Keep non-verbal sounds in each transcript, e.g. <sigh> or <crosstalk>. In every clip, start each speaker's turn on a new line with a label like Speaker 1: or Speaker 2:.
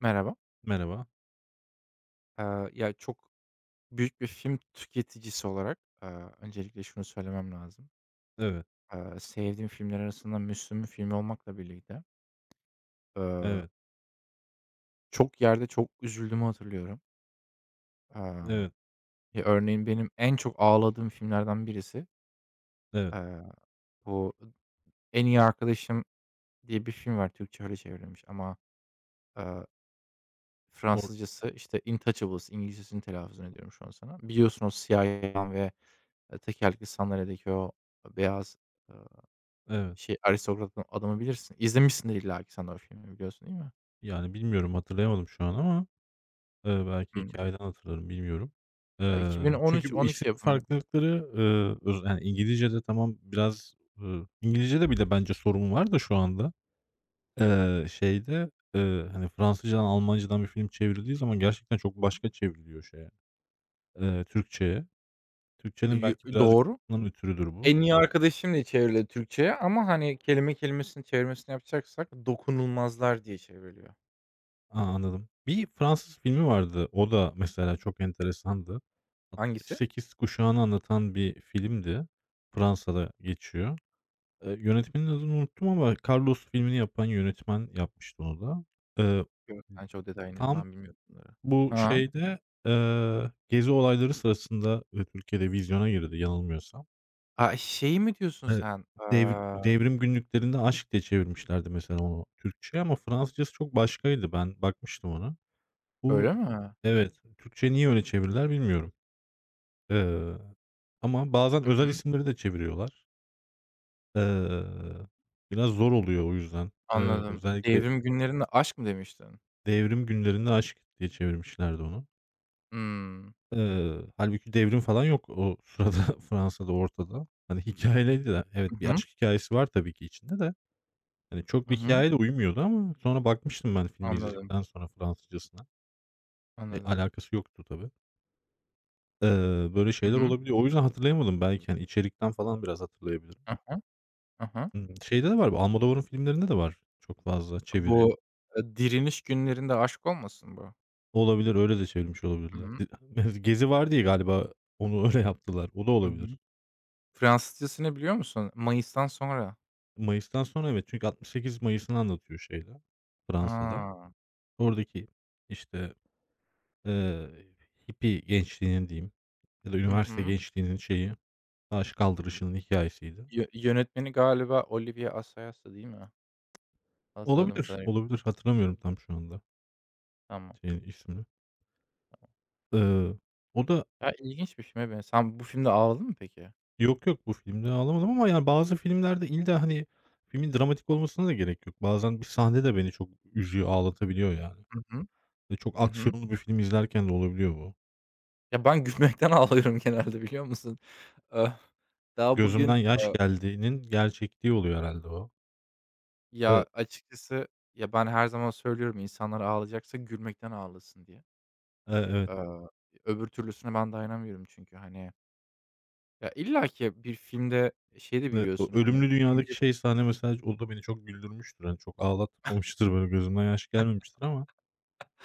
Speaker 1: Merhaba.
Speaker 2: Merhaba.
Speaker 1: Çok büyük bir film tüketicisi olarak, öncelikle şunu söylemem lazım.
Speaker 2: Evet,
Speaker 1: Sevdiğim filmler arasında Müslüm'ün filmi olmakla birlikte, eee,
Speaker 2: evet,
Speaker 1: çok yerde çok üzüldüğümü hatırlıyorum. Eee,
Speaker 2: evet,
Speaker 1: örneğin benim en çok ağladığım filmlerden birisi,
Speaker 2: evet.
Speaker 1: eee, bu En İyi Arkadaşım diye bir film var. Türkçe'ye öyle çevrilmiş ama, eee,
Speaker 2: Or
Speaker 1: Fransızcası, işte, Intouchables, İngilizcesini telaffuzunu ediyorum şu an sana. Biliyorsun o siyah yılan ve, tekerlekli sandalyedeki o beyaz,
Speaker 2: evet.
Speaker 1: şey, Aristokratın Adam'ı bilirsin. İzlemişsindir illaki sen de o filmi biliyorsun, değil mi?
Speaker 2: Yani bilmiyorum, hatırlayamadım şu an ama, belki
Speaker 1: Hımm.
Speaker 2: hikayeden hatırlarım, bilmiyorum.
Speaker 1: Ya,
Speaker 2: Çünkü bu isim
Speaker 1: 2013-12 yapımı.
Speaker 2: farklılıkları, yani İngilizcede tamam biraz, İngilizcede bile bence sorun var da şu anda, şeyde, hani, Fransızcadan, Almancadan bir film çevrildiği zaman gerçekten çok başka çevriliyor şeye, Türkçeye. Türkçenin
Speaker 1: Yü,
Speaker 2: belki birazcık
Speaker 1: doğru.
Speaker 2: bundan ötürüdür bu.
Speaker 1: En iyi arkadaşım diye çevrildi Türkçe'ye ama, hani, kelime kelimesinin çevirmesini yapacaksak Dokunulmazlar diye çevriliyor.
Speaker 2: A, anladım. Bir Fransız filmi vardı. O da mesela çok enteresandı.
Speaker 1: Hangisi?
Speaker 2: 68 kuşağını anlatan bir filmdi. Fransa'da geçiyor. Yönetmenin adını unuttum ama Carlos filmini yapan yönetmen yapmıştı onu da. Eee,
Speaker 1: Yok, sen çok detaya iniyorsun.
Speaker 2: tam
Speaker 1: Ben bilmiyorum bunları.
Speaker 2: bu
Speaker 1: Ha.
Speaker 2: şeyde, gezi olayları sırasında, Türkiye'de vizyona girdi yanılmıyorsam.
Speaker 1: A, şeyi mi diyorsun
Speaker 2: Eee,
Speaker 1: sen?
Speaker 2: devr devrim günlüklerinde Aşk diye çevirmişlerdi mesela onu Türkçeye ama Fransızcası çok başkaydı. Ben bakmıştım ona. Bu
Speaker 1: Öyle mi? Hı
Speaker 2: Evet, Türkçeye niye öyle çevirdiler bilmiyorum. Eee, ama bazen özel
Speaker 1: hı.
Speaker 2: isimleri de çeviriyorlar. Eee, biraz zor oluyor o yüzden.
Speaker 1: Anladım.
Speaker 2: Özellikle
Speaker 1: Devrim Günlerinde Aşk mı demiştin?
Speaker 2: Devrim Günlerinde Aşk diye çevirmişlerdi onu.
Speaker 1: Hımm.
Speaker 2: Hâlbuki devrim falan yok o sırada <laughs> Fransa'da ortada. Hani hikayeliydi de. Evet, bir aşk hikayesi var tabii ki içinde de. Hani çok
Speaker 1: Hı
Speaker 2: bir
Speaker 1: hı. Hı hı.
Speaker 2: hikâyeyle uymuyordu ama sonra bakmıştım ben filmi
Speaker 1: Anladım,
Speaker 2: izledikten sonra Fransızcasına.
Speaker 1: anladım.
Speaker 2: Alakası yoktu tabii. Böyle
Speaker 1: Hı
Speaker 2: şeyler
Speaker 1: hı.
Speaker 2: olabiliyor. O yüzden hatırlayamadım belki, hani, içerikten falan biraz hatırlayabilirim.
Speaker 1: Hı hı. Hı hı.
Speaker 2: Hımm. Şeyde de var bu, Almodovar'ın filmlerinde de var çok fazla çeviri.
Speaker 1: Bu, direniş günlerinde aşk olmasın bu?
Speaker 2: Olabilir, öyle de çevirmiş
Speaker 1: Hı
Speaker 2: olabilirler.
Speaker 1: hı.
Speaker 2: <laughs> <unintelligible> Gezi var diye galiba onu <laughs> öyle yaptılar. O da
Speaker 1: Hı hı.
Speaker 2: olabilir.
Speaker 1: Fransızcasını biliyor musun? Mayıs'tan sonra.
Speaker 2: Mayıs'tan sonra evet, çünkü 68 Mayıs'ını anlatıyor şeyde, Fransa'da.
Speaker 1: A!
Speaker 2: Oradaki, işte, eee, hippie gençliğinin diyeyim ya da
Speaker 1: Hı
Speaker 2: üniversite
Speaker 1: hı.
Speaker 2: gençliğinin şeyi, taş kaldırışının hikâyesiydi.
Speaker 1: Yönetmeni galiba Olivier Assayas'tı değil mi? Hatırladığım
Speaker 2: Olabilir,
Speaker 1: kadarıyla.
Speaker 2: olabilir. Hatırlamıyorum tam şu anda
Speaker 1: Tamam.
Speaker 2: şeyin ismini. Eee, o da.
Speaker 1: Ya, ilginç bir filme benziyor. Sen bu filmde ağladın mı peki?
Speaker 2: Yok, yok. Bu filmde ağlamadım ama yani bazı filmlerde illa, hani, filmin dramatik olmasına da gerek yok. Bazen bir sahne de beni çok üzüyor, ağlatabiliyor yani.
Speaker 1: Hı hı.
Speaker 2: Ve çok
Speaker 1: Hı hı.
Speaker 2: aksiyonlu bir film izlerken de olabiliyor bu.
Speaker 1: Ya, ben gülmekten <laughs> ağlıyorum genelde biliyor musun? Eh, daha
Speaker 2: Gözümden
Speaker 1: bugün,
Speaker 2: yaş
Speaker 1: eee,
Speaker 2: geldiğinin gerçekliği oluyor herhalde o. Eee,
Speaker 1: açıkçası, ya, ben her zaman söylüyorum insanlar ağlayacaksa gülmekten ağlasın diye.
Speaker 2: evet,
Speaker 1: Eee, öbür türlüsüne ben dayanamıyorum çünkü, hani. Ya, illaki bir filmde şeyi de
Speaker 2: evet. O
Speaker 1: biliyorsun, hani,
Speaker 2: Ölümlü
Speaker 1: bugün
Speaker 2: Dünya'daki
Speaker 1: bir
Speaker 2: şey sahne mesela o da beni çok güldürmüştür. Hani, çok ağlatmamıştır, böyle, gözümden yaş gelmemiştir ama,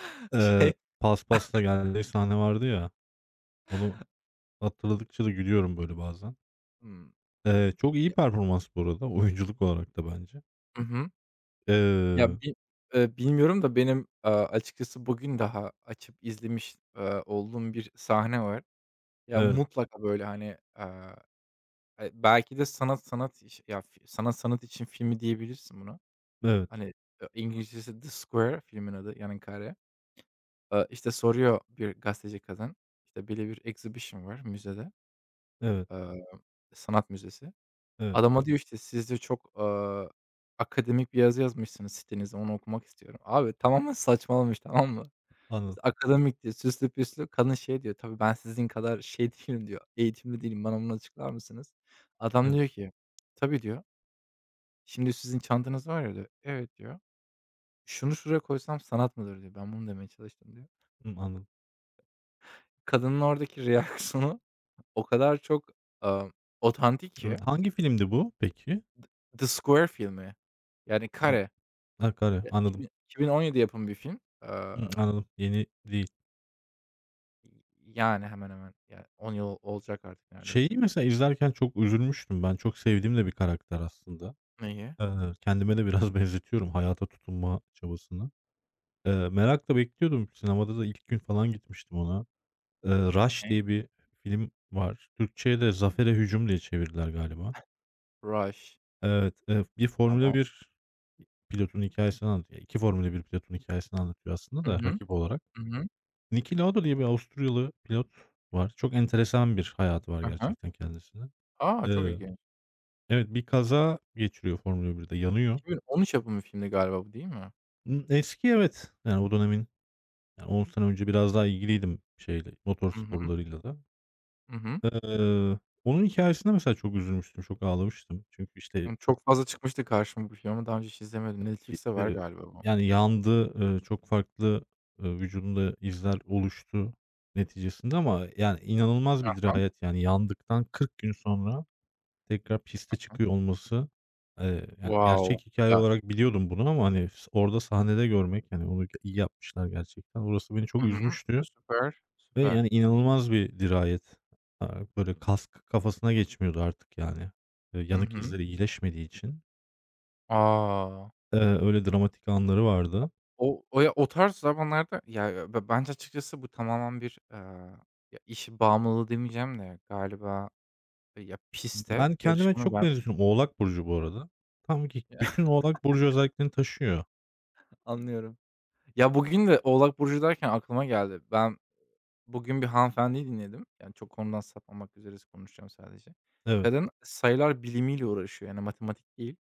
Speaker 1: <laughs>
Speaker 2: eee,
Speaker 1: şey.
Speaker 2: paspasla geldiği sahne vardı ya, onu hatırladıkça da gülüyorum, böyle, bazen.
Speaker 1: Hımm.
Speaker 2: Çok iyi
Speaker 1: Ya,
Speaker 2: performans bu arada oyunculuk olarak da bence.
Speaker 1: hı hı. Ya,
Speaker 2: Eee,
Speaker 1: bi bilmiyorum da benim, açıkçası bugün daha açıp izlemiş, olduğum bir sahne var. Ya,
Speaker 2: evet,
Speaker 1: mutlaka, böyle, hani, eee, belki de sanat sanat iş ya, fi sanat sanat için filmi diyebilirsin buna.
Speaker 2: evet,
Speaker 1: Hani, İngilizcesi The Square, filmin adı, yani, kare. İşte, soruyor bir gazeteci kadın, işte, böyle bir exhibition var müzede.
Speaker 2: evet,
Speaker 1: Eee, sanat müzesi.
Speaker 2: evet.
Speaker 1: Adama diyor, işte, "Siz de çok, akademik bir yazı yazmışsınız sitenizde, onu okumak istiyorum." Abi tamamen saçmalamış, tamam mı?
Speaker 2: Anladım,
Speaker 1: İşte, akademik diyor, süslü püslü. Kadın şey diyor, "Tabii ben sizin kadar şey <laughs> değilim." diyor, "Eğitimli değilim, bana bunu açıklar mısınız?" Adam
Speaker 2: evet.
Speaker 1: diyor ki, "Tabii." diyor, "Şimdi sizin çantanız var ya." diyor. "Evet." diyor. "Şunu şuraya koysam sanat mıdır?" diyor. "Ben bunu demeye çalıştım." diyor.
Speaker 2: Hımm, anladım.
Speaker 1: Kadının oradaki <laughs> reaksiyonu o kadar çok, eee, otantik
Speaker 2: Evet,
Speaker 1: ki.
Speaker 2: hangi filmdi bu peki?
Speaker 1: The Square filmi, yani
Speaker 2: A
Speaker 1: Kare.
Speaker 2: Sakarya.
Speaker 1: Ya,
Speaker 2: Anladım.
Speaker 1: 2000 2017 yapımı bir film.
Speaker 2: Hımm, anladım. Yeni değil.
Speaker 1: Yani hemen hemen, yani 10 yıl olacak artık
Speaker 2: Şeyi
Speaker 1: neredeyse.
Speaker 2: mesela izlerken çok üzülmüştüm ben. Çok sevdiğim de bir karakter aslında.
Speaker 1: Neyi?
Speaker 2: Kendime de biraz <laughs> benzetiyorum hayata tutunma çabasını. Merakla bekliyordum. Sinemada da ilk gün falan gitmiştim ona. Rush
Speaker 1: Ne?
Speaker 2: diye bir film var. Türkçe'ye de Zafer'e Hücum diye çevirdiler galiba.
Speaker 1: Rush.
Speaker 2: Evet, bir Formula
Speaker 1: Tamam.
Speaker 2: bir pilotun hikâyesini anlatıyor. 2 Formula bir pilotun hikâyesini anlatıyor aslında
Speaker 1: Hı
Speaker 2: da
Speaker 1: hı.
Speaker 2: rakip olarak.
Speaker 1: Hı hı.
Speaker 2: Niki Lauda diye bir Avusturyalı pilot var. Çok enteresan bir hayatı var
Speaker 1: Hı hı.
Speaker 2: gerçekten kendisinin.
Speaker 1: A! Çok
Speaker 2: Eee,
Speaker 1: ilginç.
Speaker 2: evet, bir kaza geçiriyor Formula 1'de, yanıyor.
Speaker 1: 2013 yapımı bir filmdi galiba bu, değil mi?
Speaker 2: Eski evet, yani o dönemin, yani 10 sene önce biraz daha ilgiliydim şeyle, motor
Speaker 1: Hı hı.
Speaker 2: sporlarıyla da.
Speaker 1: Hı hı.
Speaker 2: Eee, onun hikâyesine mesela çok üzülmüştüm, çok ağlamıştım. Çünkü işte
Speaker 1: Hani,
Speaker 2: çok.
Speaker 1: çok fazla çıkmıştı karşıma bu film ama daha önce hiç izlemedim. Netflix'te var
Speaker 2: Eee,
Speaker 1: galiba bu.
Speaker 2: yani yandı, çok farklı, vücudumda izler oluştu neticesinde ama yani inanılmaz bir
Speaker 1: Hı hı.
Speaker 2: dirayet yani yandıktan 40 gün sonra tekrar piste çıkıyor olması, yani
Speaker 1: Wow!
Speaker 2: gerçek hikaye
Speaker 1: Ya,
Speaker 2: olarak biliyordum bunu ama hani orada sahnede görmek, yani onu iyi yapmışlar gerçekten. Orası beni çok
Speaker 1: hı hı. E,
Speaker 2: üzmüştü
Speaker 1: süper,
Speaker 2: ve yani
Speaker 1: süper.
Speaker 2: inanılmaz bir dirayet. Böyle kask kafasına geçmiyordu artık yani.
Speaker 1: Hı
Speaker 2: Yanık
Speaker 1: hı.
Speaker 2: izleri iyileşmediği için,
Speaker 1: A!
Speaker 2: öyle dramatik anları vardı.
Speaker 1: O o ya, o tarz zamanlarda ya, be bence açıkçası bu tamamen bir, ya, iş bağımlılığı demeyeceğim de galiba, ya, piste
Speaker 2: Ben kendime
Speaker 1: yarışmanın
Speaker 2: çok
Speaker 1: ben
Speaker 2: benzetiyorum. Oğlak burcu bu arada. Tam ki bütün
Speaker 1: <laughs>
Speaker 2: Oğlak burcu özelliklerini taşıyor.
Speaker 1: anlıyorum. Ya, bugün de Oğlak burcu derken aklıma geldi. Ben bugün bir hanımefendiyi dinledim. Yani, çok konudan sapmamak üzere konuşacağım sadece.
Speaker 2: Evet,
Speaker 1: Kadın sayılar bilimiyle uğraşıyor, yani, matematik değil.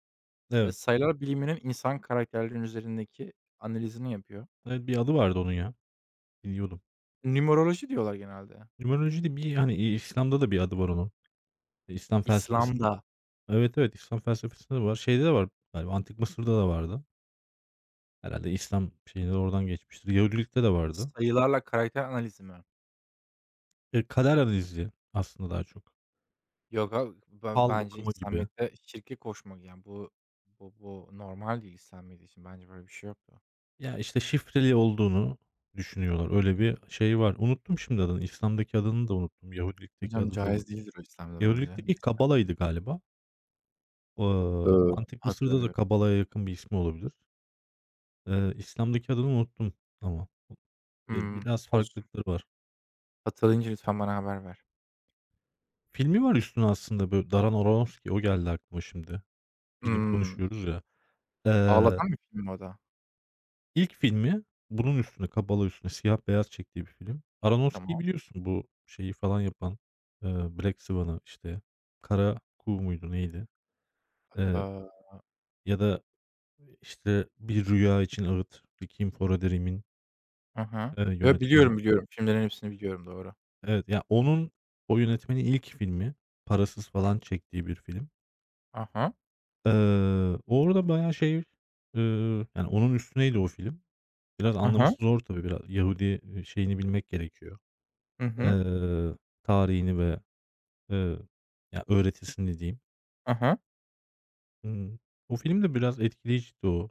Speaker 2: evet.
Speaker 1: Sayılar biliminin insan karakterlerinin üzerindeki analizini yapıyor.
Speaker 2: Evet, bir adı vardı onun ya. Biliyordum.
Speaker 1: Numeroloji diyorlar genelde.
Speaker 2: Numerolojide bir hani İslam'da da bir adı var onun. E, İslam felsefesinde.
Speaker 1: İslam'da
Speaker 2: Evet, evet. İslam felsefesinde de var. Şeyde de var galiba. Antik Mısır'da da vardı. Herhalde İslam şeyine oradan geçmiştir. Yahudilikte de vardı.
Speaker 1: sayılarla karakter analizi mi?
Speaker 2: Kader analizi aslında daha çok.
Speaker 1: Yok a ben
Speaker 2: Fal
Speaker 1: bence
Speaker 2: okuma gibi.
Speaker 1: İslamiyet'te şirke koşmak yani bu normal değil İslamiyet için. Bence böyle bir şey yoktu.
Speaker 2: Ya, işte, şifreli olduğunu düşünüyorlar. Öyle bir şey var. Unuttum şimdi adını. İslam'daki adını da unuttum. Yahudilikteki
Speaker 1: Hocam
Speaker 2: adını da
Speaker 1: caiz
Speaker 2: unuttum.
Speaker 1: değildir o İslam'da bence.
Speaker 2: Yahudilikteki
Speaker 1: Neyse,
Speaker 2: kabalaydı galiba. Antik Mısır'da da
Speaker 1: hatırlamıyorum.
Speaker 2: kabalaya yakın bir ismi olabilir. İslam'daki adını unuttum ama bir
Speaker 1: Hımm,
Speaker 2: biraz
Speaker 1: olsun.
Speaker 2: farklılıkları var.
Speaker 1: Hatırlayınca lütfen bana haber ver.
Speaker 2: Filmi var üstüne aslında, böyle, Darren Aronofsky, o geldi aklıma şimdi. Film
Speaker 1: Imm,
Speaker 2: konuşuyoruz ya. Eee
Speaker 1: ağlatan bir film mi o da?
Speaker 2: İlk filmi bunun üstüne, Kabalı üstüne siyah beyaz çektiği bir film. Aronofsky'yi
Speaker 1: Tamam.
Speaker 2: biliyorsun, bu şeyi falan yapan, Black Swan'ı, işte, Kara Kuğu muydu neydi? Eee,
Speaker 1: Iıı,
Speaker 2: ya da, işte, Bir Rüya için Ağıt, Requiem for a Dream'in,
Speaker 1: hı hı.
Speaker 2: yönetmeni.
Speaker 1: Biliyorum, biliyorum. Filmlerin hepsini biliyorum, doğru.
Speaker 2: Evet, ya, onun, o yönetmenin ilk filmi, parasız falan çektiği bir film.
Speaker 1: Aha.
Speaker 2: Eee, orada bayağı şey, yani, onun üstüneydi o film. Biraz
Speaker 1: Aha.
Speaker 2: anlaması zor tabii, biraz Yahudi, şeyini bilmek gerekiyor.
Speaker 1: Hı hı.
Speaker 2: Eee, tarihini ve, eee, ya, öğretisini diyeyim.
Speaker 1: Aha.
Speaker 2: Imm, o film de biraz etkileyiciydi o.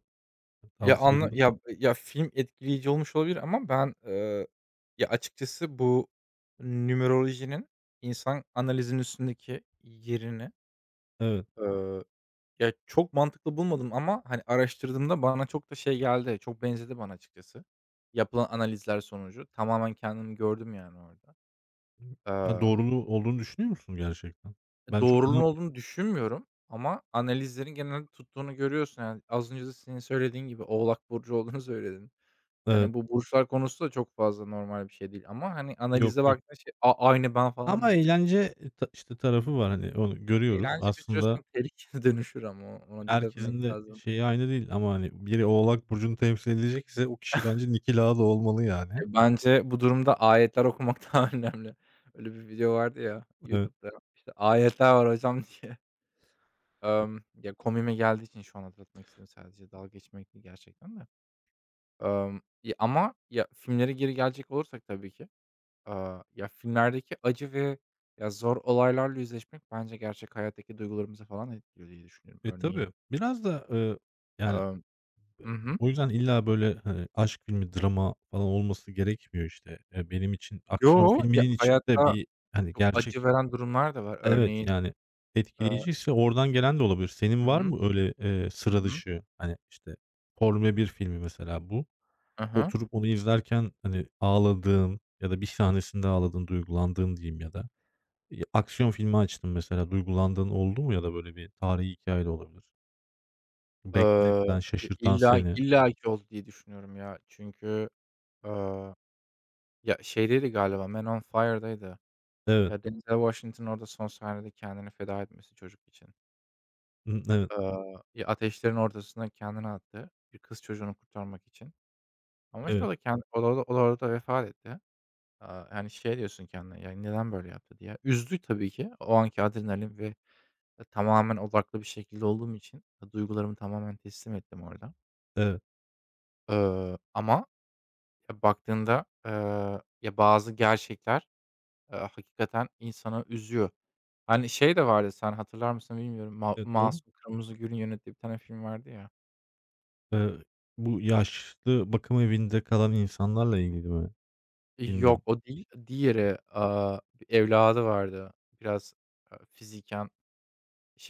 Speaker 1: Ya,
Speaker 2: Tavsiye
Speaker 1: anla
Speaker 2: ediyorum.
Speaker 1: ya, ya, film etkileyici olmuş olabilir ama ben, ya, açıkçası bu numerolojinin insan analizinin üstündeki yerini,
Speaker 2: Evet.
Speaker 1: eee, ya, çok mantıklı bulmadım ama, hani, araştırdığımda bana çok da şey geldi, çok benzedi bana açıkçası. Yapılan analizler sonucu tamamen kendimi gördüm yani orada.
Speaker 2: Ya,
Speaker 1: Eee,
Speaker 2: doğruluğu olduğunu düşünüyor musun gerçekten? Ben çok
Speaker 1: doğrunun
Speaker 2: inan
Speaker 1: olduğunu düşünmüyorum ama analizlerin genelde tuttuğunu görüyorsun. Yani az önce de senin söylediğin gibi Oğlak burcu olduğunu söyledin.
Speaker 2: Evet.
Speaker 1: Yani, bu burçlar konusu da çok fazla normal bir şey değil ama, hani, analize
Speaker 2: Yok,
Speaker 1: hı,
Speaker 2: yok.
Speaker 1: baktığında şey, "A, aynı ben." falan
Speaker 2: Ama
Speaker 1: diyorsun.
Speaker 2: eğlence, e, ta işte, tarafı var. Hani, onu görüyoruz.
Speaker 1: Eğlence bir süre
Speaker 2: Aslında
Speaker 1: sonra tehlikeye <laughs> dönüşür ama o ona dikkat etmek
Speaker 2: herkesin de
Speaker 1: lazım.
Speaker 2: şeyi aynı değil ama, hani, biri Oğlak burcunu temsil edecekse o kişi bence Niki Lauda olmalı yani.
Speaker 1: Ya, bence bu durumda ayetler okumak <laughs> daha önemli. Öyle bir video vardı ya
Speaker 2: Evet.
Speaker 1: YouTube'da, işte, "Ayetler var hocam." <laughs> diye. Ya, komiğime geldiği için şu an hatırlatmak istedim sadece. Dalga geçmek değil gerçekten de. Ya, ama ya, filmlere geri gelecek olursak tabii ki. Ya, filmlerdeki acı ve, ya, zor olaylarla yüzleşmek bence gerçek hayattaki duygularımızı falan etkiliyor diye düşünüyorum.
Speaker 2: E, tabii.
Speaker 1: Örneğin,
Speaker 2: Biraz da, yani.
Speaker 1: amm hı hı.
Speaker 2: O yüzden illa böyle, hani, aşk filmi, drama falan olması gerekmiyor işte. Benim için aksiyon
Speaker 1: Yo, ya,
Speaker 2: filminin içinde
Speaker 1: hayatta
Speaker 2: bir, hani,
Speaker 1: çok acı
Speaker 2: gerçek.
Speaker 1: veren durumlar da var.
Speaker 2: Evet,
Speaker 1: Örneğin,
Speaker 2: yani,
Speaker 1: aaa
Speaker 2: etkileyiciyse oradan gelen de olabilir. Senin
Speaker 1: hı
Speaker 2: var
Speaker 1: hı.
Speaker 2: mı öyle,
Speaker 1: Hı
Speaker 2: sıra
Speaker 1: hı.
Speaker 2: dışı, hani, işte, Formula bir filmi mesela bu.
Speaker 1: Hı hı.
Speaker 2: Oturup onu izlerken, hani, ağladığın ya da bir sahnesinde ağladığın, duygulandığın diyeyim ya da, aksiyon filmi açtın mesela, duygulandığın oldu mu ya da böyle bir tarihi hikâye de olabilir. Beklemeden
Speaker 1: İ
Speaker 2: şaşırtan
Speaker 1: illa
Speaker 2: seni.
Speaker 1: illa ki oldu diye düşünüyorum ya. Çünkü, aaa, ya, şeydeydi galiba, Man on Fire'daydı.
Speaker 2: Evet.
Speaker 1: Ya, Denzel Washington orada son sahnede kendini feda etmesi çocuk için.
Speaker 2: Hı, evet,
Speaker 1: Aaa, ya, ateşlerin ortasına kendini attı bir kız çocuğunu kurtarmak için. Ama, işte,
Speaker 2: evet.
Speaker 1: o da kendi o da o da o da orada vefat etti. Yani, şey diyorsun kendine, "Ya, neden böyle yaptı?" diye. Üzdü tabii ki. O anki adrenalin ve tamamen odaklı bir şekilde olduğum için duygularımı tamamen teslim ettim orada.
Speaker 2: Evet,
Speaker 1: Ama ya, baktığında, ya, bazı gerçekler, hakikaten insanı üzüyor. Hani, şey de vardı sen hatırlar mısın bilmiyorum.
Speaker 2: evet, doğru.
Speaker 1: Masum Kırmızıgül'ün yönettiği bir tane film vardı ya.
Speaker 2: Eee, bu yaşlı bakım evinde kalan insanlarla ilgili mi? Bilmem.
Speaker 1: Yok, o değil. Diğeri, bir evladı vardı. Biraz, fiziken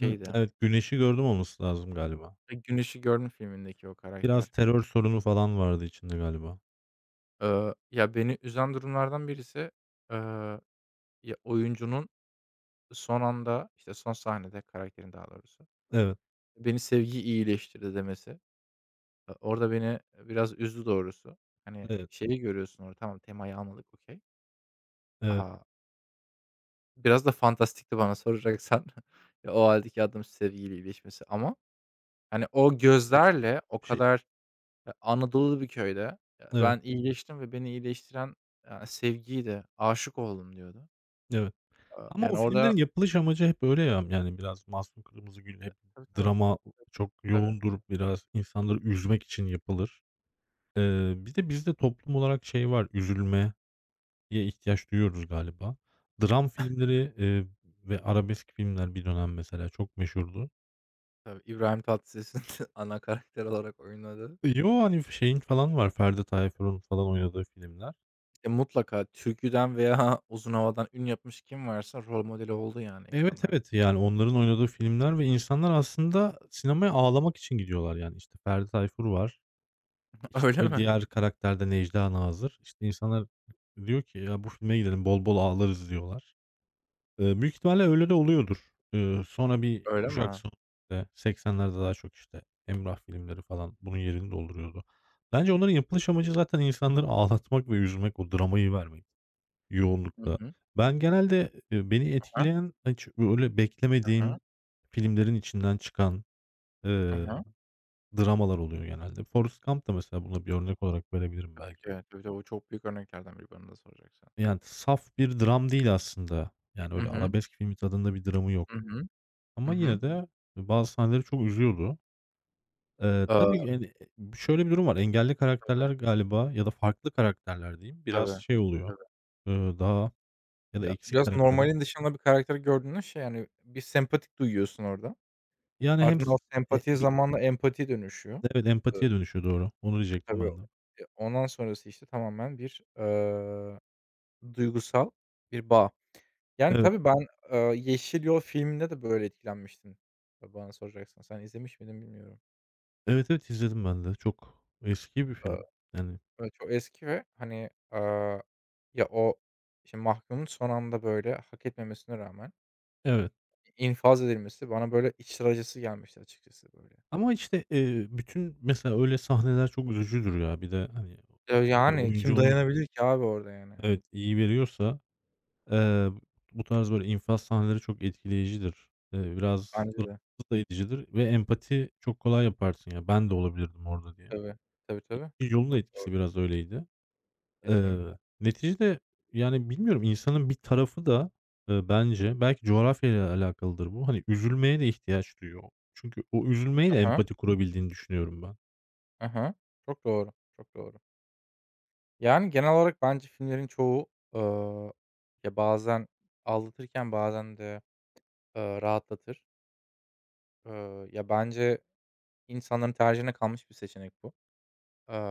Speaker 2: Hımm, evet, Güneş'i Gördüm olması lazım galiba.
Speaker 1: E, Gün Işığı Gördüm filmindeki o
Speaker 2: Biraz
Speaker 1: karakter.
Speaker 2: terör sorunu falan vardı içinde galiba.
Speaker 1: Ya, beni üzen durumlardan birisi, eee, ya, oyuncunun son anda, işte, son sahnede karakterin daha doğrusu,
Speaker 2: Evet,
Speaker 1: "Beni sevgi iyileştirdi." demesi. E, orada beni, biraz üzdü doğrusu. Hani,
Speaker 2: evet,
Speaker 1: şeyi görüyorsun orada, tamam temayı anladık, okay.
Speaker 2: evet.
Speaker 1: A, biraz da fantastikti bana soracaksan. <laughs> Ya, o hâldeki adamın sevgiyle iyileşmesi ama hani, o gözlerle o
Speaker 2: Şey.
Speaker 1: kadar, Anadolu bir köyde,
Speaker 2: Evet,
Speaker 1: ben iyileştim ve beni iyileştiren, sevgiydi, aşık oldum diyordu.
Speaker 2: evet. Ama o
Speaker 1: Yani, orada
Speaker 2: filmlerin yapılış amacı hep öyle ya, yani biraz Masum Kırmızıgül hep
Speaker 1: tabii, tabii.
Speaker 2: drama çok
Speaker 1: Tabii,
Speaker 2: yoğundur, biraz insanları üzmek için yapılır. Bir de bizde toplum olarak şey var, üzülme ye ihtiyaç duyuyoruz galiba. Dram filmleri, ve arabesk filmler bir dönem mesela çok meşhurdu.
Speaker 1: tabii. İbrahim Tatlıses'in <laughs> ana karakter olarak oynadı.
Speaker 2: Yo, hani, şeyin falan var, Ferdi Tayfur'un falan oynadığı filmler.
Speaker 1: E, mutlaka türküden veya <laughs> uzun havadan ün yapmış kim varsa rol modeli oldu, yani,
Speaker 2: Evet,
Speaker 1: ekranlarda.
Speaker 2: evet, yani onların oynadığı filmler ve insanlar aslında sinemaya ağlamak için gidiyorlar yani. İşte, Ferdi Tayfur var,
Speaker 1: <laughs>
Speaker 2: işte,
Speaker 1: Öyle mi?
Speaker 2: diğer karakterde de Necla Nazır. İşte, insanlar diyor ki, "Ya, bu filme gidelim, bol bol ağlarız." diyorlar. Büyük ihtimalle öyle de oluyordur. Sonra bir
Speaker 1: Öyle
Speaker 2: kuşak
Speaker 1: mi?
Speaker 2: sonrası 80'lerde daha çok, işte, Emrah filmleri falan bunun yerini dolduruyordu. Bence onların yapılış amacı zaten insanları ağlatmak ve üzmek, o dramayı vermek
Speaker 1: Hı
Speaker 2: yoğunlukta.
Speaker 1: hı.
Speaker 2: Ben genelde, beni
Speaker 1: Hı hı.
Speaker 2: etkileyen hiç öyle beklemediğim
Speaker 1: Hı,
Speaker 2: filmlerin içinden çıkan, eee, dramalar oluyor genelde. Forrest Gump da mesela buna bir örnek olarak verebilirim
Speaker 1: tabii ki.
Speaker 2: belki.
Speaker 1: Tabii, tabii. O çok büyük örneklerden biri bana da soracaksan.
Speaker 2: Yani saf bir dram değil aslında. Yani
Speaker 1: Hı
Speaker 2: öyle
Speaker 1: hı.
Speaker 2: arabesk filmi tadında bir dramı yok.
Speaker 1: Hı hı. Hı
Speaker 2: Ama
Speaker 1: hı.
Speaker 2: yine de bazı sahneleri çok üzüyordu.
Speaker 1: Aaa,
Speaker 2: Tabii, yani, şöyle bir durum var. Engelli karakterler
Speaker 1: tabii.
Speaker 2: galiba ya da farklı karakterler diyeyim biraz
Speaker 1: Tabii.
Speaker 2: şey oluyor, daha ya da
Speaker 1: Ya,
Speaker 2: eksik
Speaker 1: biraz
Speaker 2: karakterler.
Speaker 1: normalin dışında bir karakter gördüğünde şey, yani, bir sempatik duyuyorsun orada.
Speaker 2: Yani hem
Speaker 1: Ardından
Speaker 2: s
Speaker 1: o
Speaker 2: e
Speaker 1: sempati
Speaker 2: bir
Speaker 1: zamanla empatiye dönüşüyor.
Speaker 2: evet,
Speaker 1: Eee,
Speaker 2: empatiye dönüşüyor doğru. Onu diyecektim
Speaker 1: tabii,
Speaker 2: ben de.
Speaker 1: ondan sonrası, işte, tamamen bir, duygusal bir bağ. Yani,
Speaker 2: Evet.
Speaker 1: tabii ben, Yeşil Yol filminde de böyle etkilenmiştim, bana soracaksan. Sen izlemiş miydin bilmiyorum.
Speaker 2: Evet, evet izledim ben de. Çok eski bir film.
Speaker 1: Eee,
Speaker 2: Yani
Speaker 1: evet, çok eski ve, hani, ya, o, işte, mahkumun son anda, böyle, hak etmemesine rağmen
Speaker 2: evet.
Speaker 1: infaz edilmesi bana, böyle, içler acısı gelmişti açıkçası, böyle.
Speaker 2: Ama işte, bütün mesela öyle sahneler çok üzücüdür ya. Bir de, hani, bir
Speaker 1: Yani
Speaker 2: oyuncu
Speaker 1: kim
Speaker 2: onu
Speaker 1: dayanabilir ki abi orada yani?
Speaker 2: evet iyi veriyorsa. Eee, bu tarz böyle infaz sahneleri çok etkileyicidir. Biraz
Speaker 1: Bence de.
Speaker 2: rahatsız da edicidir ve empati çok kolay yaparsın ya, "Ben de olabilirdim orada." diye.
Speaker 1: Tabii. Tabii, tabii.
Speaker 2: İkinci yolun da
Speaker 1: Çok doğru.
Speaker 2: etkisi biraz öyleydi. Eee,
Speaker 1: Kesinlikle.
Speaker 2: neticede, yani, bilmiyorum, insanın bir tarafı da, bence belki coğrafyayla alakalıdır bu, hani, üzülmeye de ihtiyaç duyuyor. Çünkü o
Speaker 1: Hı
Speaker 2: üzülmeyle
Speaker 1: hı.
Speaker 2: empati kurabildiğini düşünüyorum ben.
Speaker 1: Hı hı. Çok doğru, çok doğru. Yani genel olarak bence filmlerin çoğu, ııı, ya bazen aldatırken bazen de, rahatlatır. Ya bence insanların tercihine kalmış bir seçenek bu. Eee